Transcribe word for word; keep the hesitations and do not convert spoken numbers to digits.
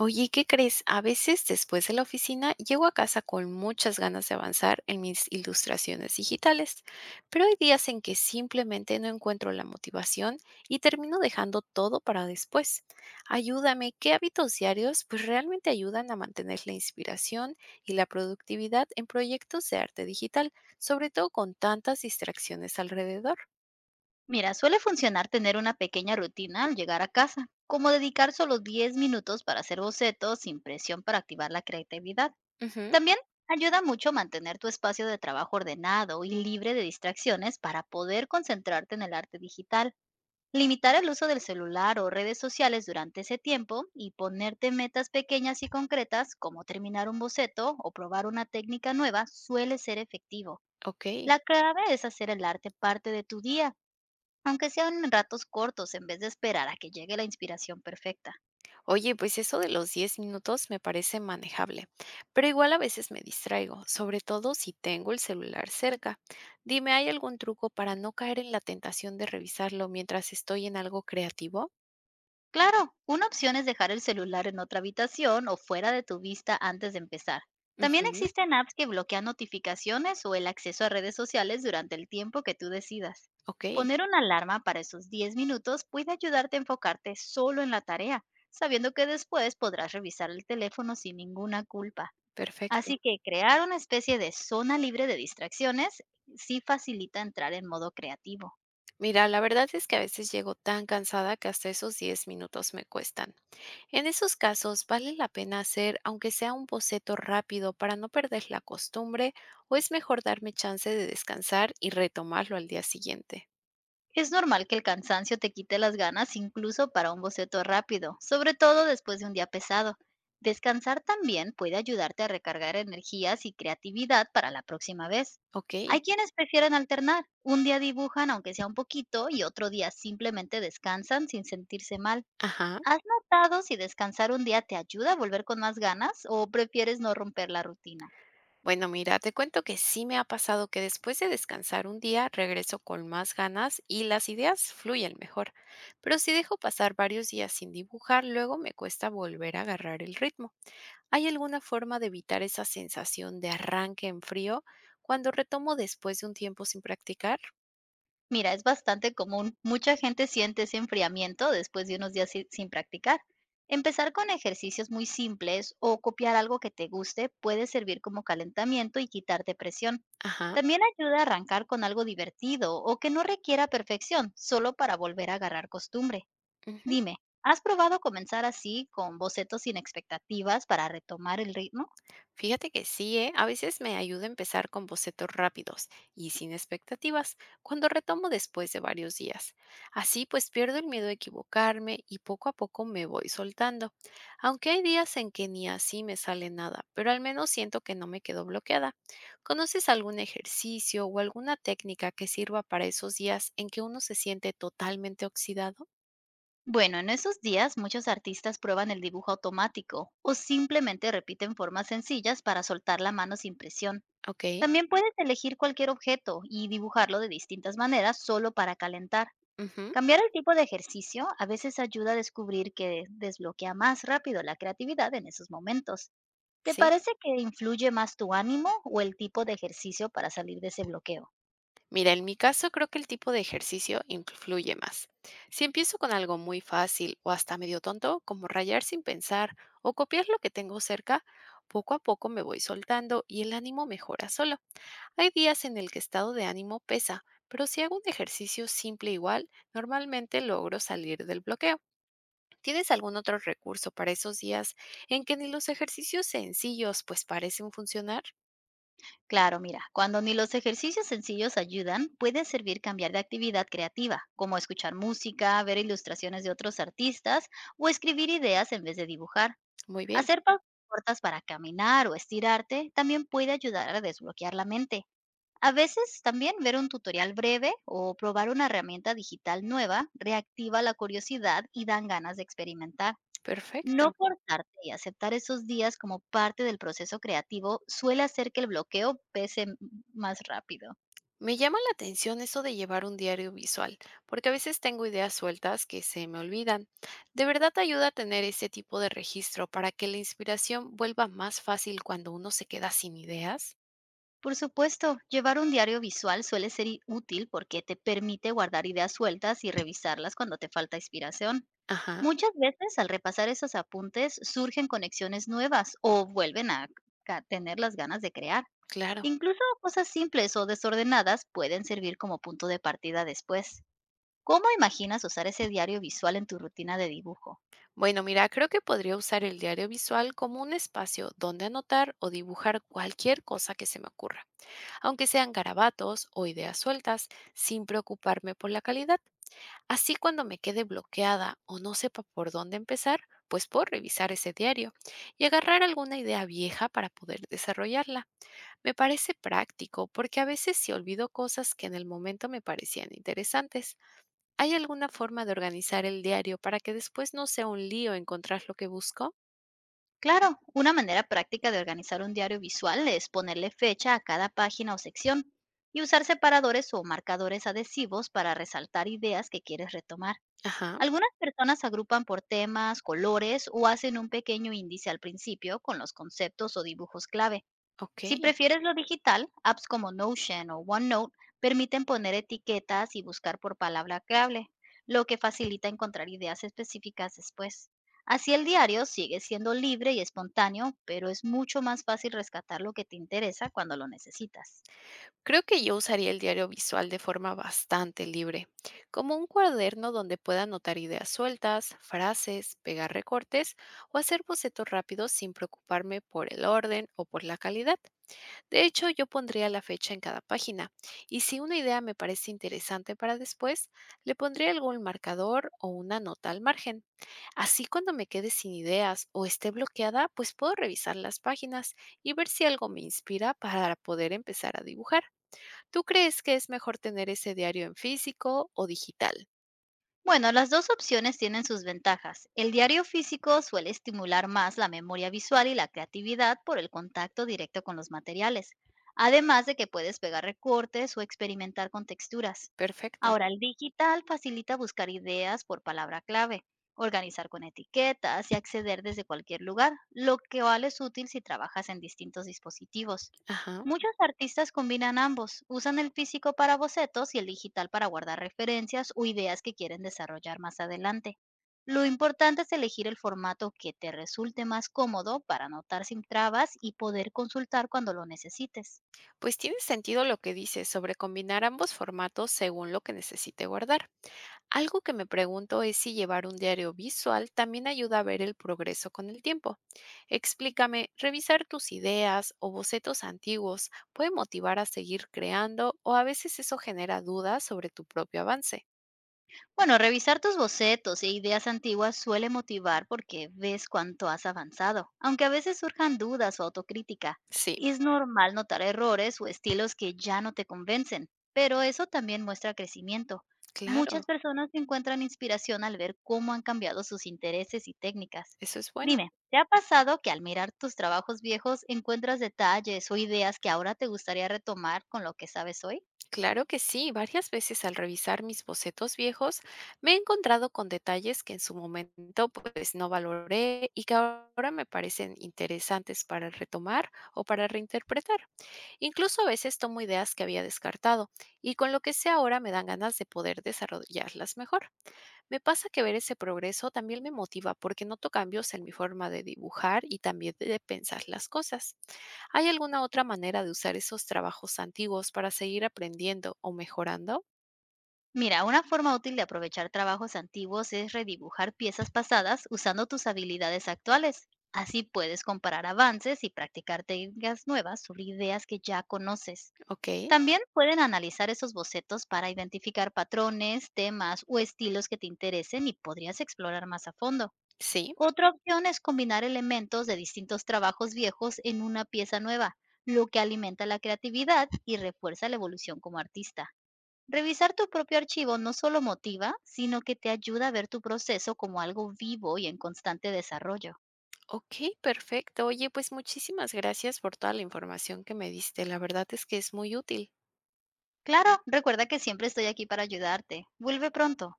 Oye, ¿qué crees? A veces después de la oficina llego a casa con muchas ganas de avanzar en mis ilustraciones digitales, pero hay días en que simplemente no encuentro la motivación y termino dejando todo para después. Ayúdame, ¿qué hábitos diarios pues realmente ayudan a mantener la inspiración y la productividad en proyectos de arte digital, sobre todo con tantas distracciones alrededor? Mira, suele funcionar tener una pequeña rutina al llegar a casa, como dedicar solo diez minutos para hacer bocetos sin presión para activar la creatividad. Ujú, También ayuda mucho mantener tu espacio de trabajo ordenado y libre de distracciones para poder concentrarte en el arte digital. Limitar el uso del celular o redes sociales durante ese tiempo y ponerte metas pequeñas y concretas como terminar un boceto o probar una técnica nueva suele ser efectivo. ok. La clave es hacer el arte parte de tu día aunque sean en ratos cortos en vez de esperar a que llegue la inspiración perfecta. Oye, pues eso de los diez minutos me parece manejable, pero igual a veces me distraigo, sobre todo si tengo el celular cerca. Dime, ¿hay algún truco para no caer en la tentación de revisarlo mientras estoy en algo creativo? Claro, una opción es dejar el celular en otra habitación o fuera de tu vista antes de empezar. También Ujú, existen apps que bloquean notificaciones o el acceso a redes sociales durante el tiempo que tú decidas. ok, Poner una alarma para esos diez minutos puede ayudarte a enfocarte solo en la tarea, sabiendo que después podrás revisar el teléfono sin ninguna culpa. perfecto. Así que crear una especie de zona libre de distracciones sí facilita entrar en modo creativo. Mira, la verdad es que a veces llego tan cansada que hasta esos diez minutos me cuestan. En esos casos, ¿vale la pena hacer, aunque sea un boceto rápido, para no perder la costumbre, o es mejor darme chance de descansar y retomarlo al día siguiente? Es normal que el cansancio te quite las ganas incluso para un boceto rápido, sobre todo después de un día pesado. Descansar también puede ayudarte a recargar energías y creatividad para la próxima vez. Ok, Hay quienes prefieren alternar. Un día dibujan aunque sea un poquito y otro día simplemente descansan sin sentirse mal. ajá. ¿Has notado si descansar un día te ayuda a volver con más ganas o prefieres no romper la rutina? Bueno, mira, te cuento que sí me ha pasado que después de descansar un día regreso con más ganas y las ideas fluyen mejor. Pero si dejo pasar varios días sin dibujar, luego me cuesta volver a agarrar el ritmo. ¿Hay alguna forma de evitar esa sensación de arranque en frío cuando retomo después de un tiempo sin practicar? Mira, es bastante común. Mucha gente siente ese enfriamiento después de unos días si- sin practicar. Empezar con ejercicios muy simples o copiar algo que te guste puede servir como calentamiento y quitar depresión. Ajá, También ayuda a arrancar con algo divertido o que no requiera perfección, solo para volver a agarrar costumbre. ujú. Dime, ¿has probado comenzar así con bocetos sin expectativas para retomar el ritmo? Fíjate que sí, ¿eh? A veces me ayuda a empezar con bocetos rápidos y sin expectativas, cuando retomo después de varios días. Así pues pierdo el miedo a equivocarme y poco a poco me voy soltando. Aunque hay días en que ni así me sale nada, pero al menos siento que no me quedo bloqueada. ¿Conoces algún ejercicio o alguna técnica que sirva para esos días en que uno se siente totalmente oxidado? Bueno, en esos días muchos artistas prueban el dibujo automático o simplemente repiten formas sencillas para soltar la mano sin presión. Ok, También puedes elegir cualquier objeto y dibujarlo de distintas maneras solo para calentar. ujú, Cambiar el tipo de ejercicio a veces ayuda a descubrir que desbloquea más rápido la creatividad en esos momentos. ¿Te sí. parece que influye más tu ánimo o el tipo de ejercicio para salir de ese bloqueo? Mira, en mi caso creo que el tipo de ejercicio influye más. Si empiezo con algo muy fácil o hasta medio tonto, como rayar sin pensar o copiar lo que tengo cerca, poco a poco me voy soltando y el ánimo mejora solo. Hay días en el que estado de ánimo pesa, pero si hago un ejercicio simple igual, normalmente logro salir del bloqueo. ¿Tienes algún otro recurso para esos días en que ni los ejercicios sencillos pues parecen funcionar? Claro, mira, cuando ni los ejercicios sencillos ayudan, puede servir cambiar de actividad creativa, como escuchar música, ver ilustraciones de otros artistas o escribir ideas en vez de dibujar. Muy bien, Hacer pausas cortas para caminar o estirarte también puede ayudar a desbloquear la mente. A veces también ver un tutorial breve o probar una herramienta digital nueva reactiva la curiosidad y dan ganas de experimentar. No perfecto. forzarte y aceptar esos días como parte del proceso creativo suele hacer que el bloqueo pese m- más rápido. Me llama la atención eso de llevar un diario visual, porque a veces tengo ideas sueltas que se me olvidan. ¿De verdad te ayuda a tener ese tipo de registro para que la inspiración vuelva más fácil cuando uno se queda sin ideas? Por supuesto, llevar un diario visual suele ser i- útil porque te permite guardar ideas sueltas y revisarlas cuando te falta inspiración. Ajá, Muchas veces al repasar esos apuntes surgen conexiones nuevas o vuelven a ca- tener las ganas de crear. claro. Incluso cosas simples o desordenadas pueden servir como punto de partida después. ¿Cómo imaginas usar ese diario visual en tu rutina de dibujo? Bueno, mira, creo que podría usar el diario visual como un espacio donde anotar o dibujar cualquier cosa que se me ocurra, aunque sean garabatos o ideas sueltas, sin preocuparme por la calidad. Así cuando me quede bloqueada o no sepa por dónde empezar, pues puedo revisar ese diario y agarrar alguna idea vieja para poder desarrollarla. Me parece práctico porque a veces sí olvido cosas que en el momento me parecían interesantes. ¿Hay alguna forma de organizar el diario para que después no sea un lío encontrar lo que busco? Claro, una manera práctica de organizar un diario visual es ponerle fecha a cada página o sección y usar separadores o marcadores adhesivos para resaltar ideas que quieres retomar. Ajá, Algunas personas agrupan por temas, colores o hacen un pequeño índice al principio con los conceptos o dibujos clave. ok. Si prefieres lo digital, apps como Notion o OneNote permiten poner etiquetas y buscar por palabra clave, lo que facilita encontrar ideas específicas después. Así el diario sigue siendo libre y espontáneo, pero es mucho más fácil rescatar lo que te interesa cuando lo necesitas. Creo que yo usaría el diario visual de forma bastante libre, como un cuaderno donde pueda anotar ideas sueltas, frases, pegar recortes o hacer bocetos rápidos sin preocuparme por el orden o por la calidad. De hecho, yo pondría la fecha en cada página y si una idea me parece interesante para después, le pondría algún marcador o una nota al margen. Así cuando me quede sin ideas o esté bloqueada, pues puedo revisar las páginas y ver si algo me inspira para poder empezar a dibujar. ¿Tú crees que es mejor tener ese diario en físico o digital? Bueno, las dos opciones tienen sus ventajas. El diario físico suele estimular más la memoria visual y la creatividad por el contacto directo con los materiales, además de que puedes pegar recortes o experimentar con texturas. Perfecto. Ahora, el digital facilita buscar ideas por palabra clave, organizar con etiquetas y acceder desde cualquier lugar, lo que vale es útil si trabajas en distintos dispositivos. Ajá. Muchos artistas combinan ambos, usan el físico para bocetos y el digital para guardar referencias o ideas que quieren desarrollar más adelante. Lo importante es elegir el formato que te resulte más cómodo para anotar sin trabas y poder consultar cuando lo necesites. Pues tiene sentido lo que dices sobre combinar ambos formatos según lo que necesite guardar. Algo que me pregunto es si llevar un diario visual también ayuda a ver el progreso con el tiempo. Explícame, ¿revisar tus ideas o bocetos antiguos puede motivar a seguir creando o a veces eso genera dudas sobre tu propio avance? Bueno, revisar tus bocetos e ideas antiguas suele motivar porque ves cuánto has avanzado, aunque a veces surjan dudas o autocrítica. Sí, Es normal notar errores o estilos que ya no te convencen, pero eso también muestra crecimiento. Muchas claro, personas encuentran inspiración al ver cómo han cambiado sus intereses y técnicas. eso es bueno. Dime, ¿te ha pasado que al mirar tus trabajos viejos encuentras detalles o ideas que ahora te gustaría retomar con lo que sabes hoy? Claro que sí, varias veces al revisar mis bocetos viejos me he encontrado con detalles que en su momento pues no valoré y que ahora me parecen interesantes para retomar o para reinterpretar. Incluso a veces tomo ideas que había descartado y con lo que sé ahora me dan ganas de poder desarrollarlas mejor. Me pasa que ver ese progreso también me motiva porque noto cambios en mi forma de dibujar y también de pensar las cosas. ¿Hay alguna otra manera de usar esos trabajos antiguos para seguir aprendiendo o mejorando? Mira, una forma útil de aprovechar trabajos antiguos es redibujar piezas pasadas usando tus habilidades actuales. Así puedes comparar avances y practicar técnicas nuevas sobre ideas que ya conoces. Ok, También pueden analizar esos bocetos para identificar patrones, temas o estilos que te interesen y podrías explorar más a fondo. sí. Otra opción es combinar elementos de distintos trabajos viejos en una pieza nueva, lo que alimenta la creatividad y refuerza la evolución como artista. Revisar tu propio archivo no solo motiva, sino que te ayuda a ver tu proceso como algo vivo y en constante desarrollo. Ok, perfecto. Oye, pues muchísimas gracias por toda la información que me diste. La verdad es que es muy útil. Claro, recuerda que siempre estoy aquí para ayudarte. Vuelve pronto.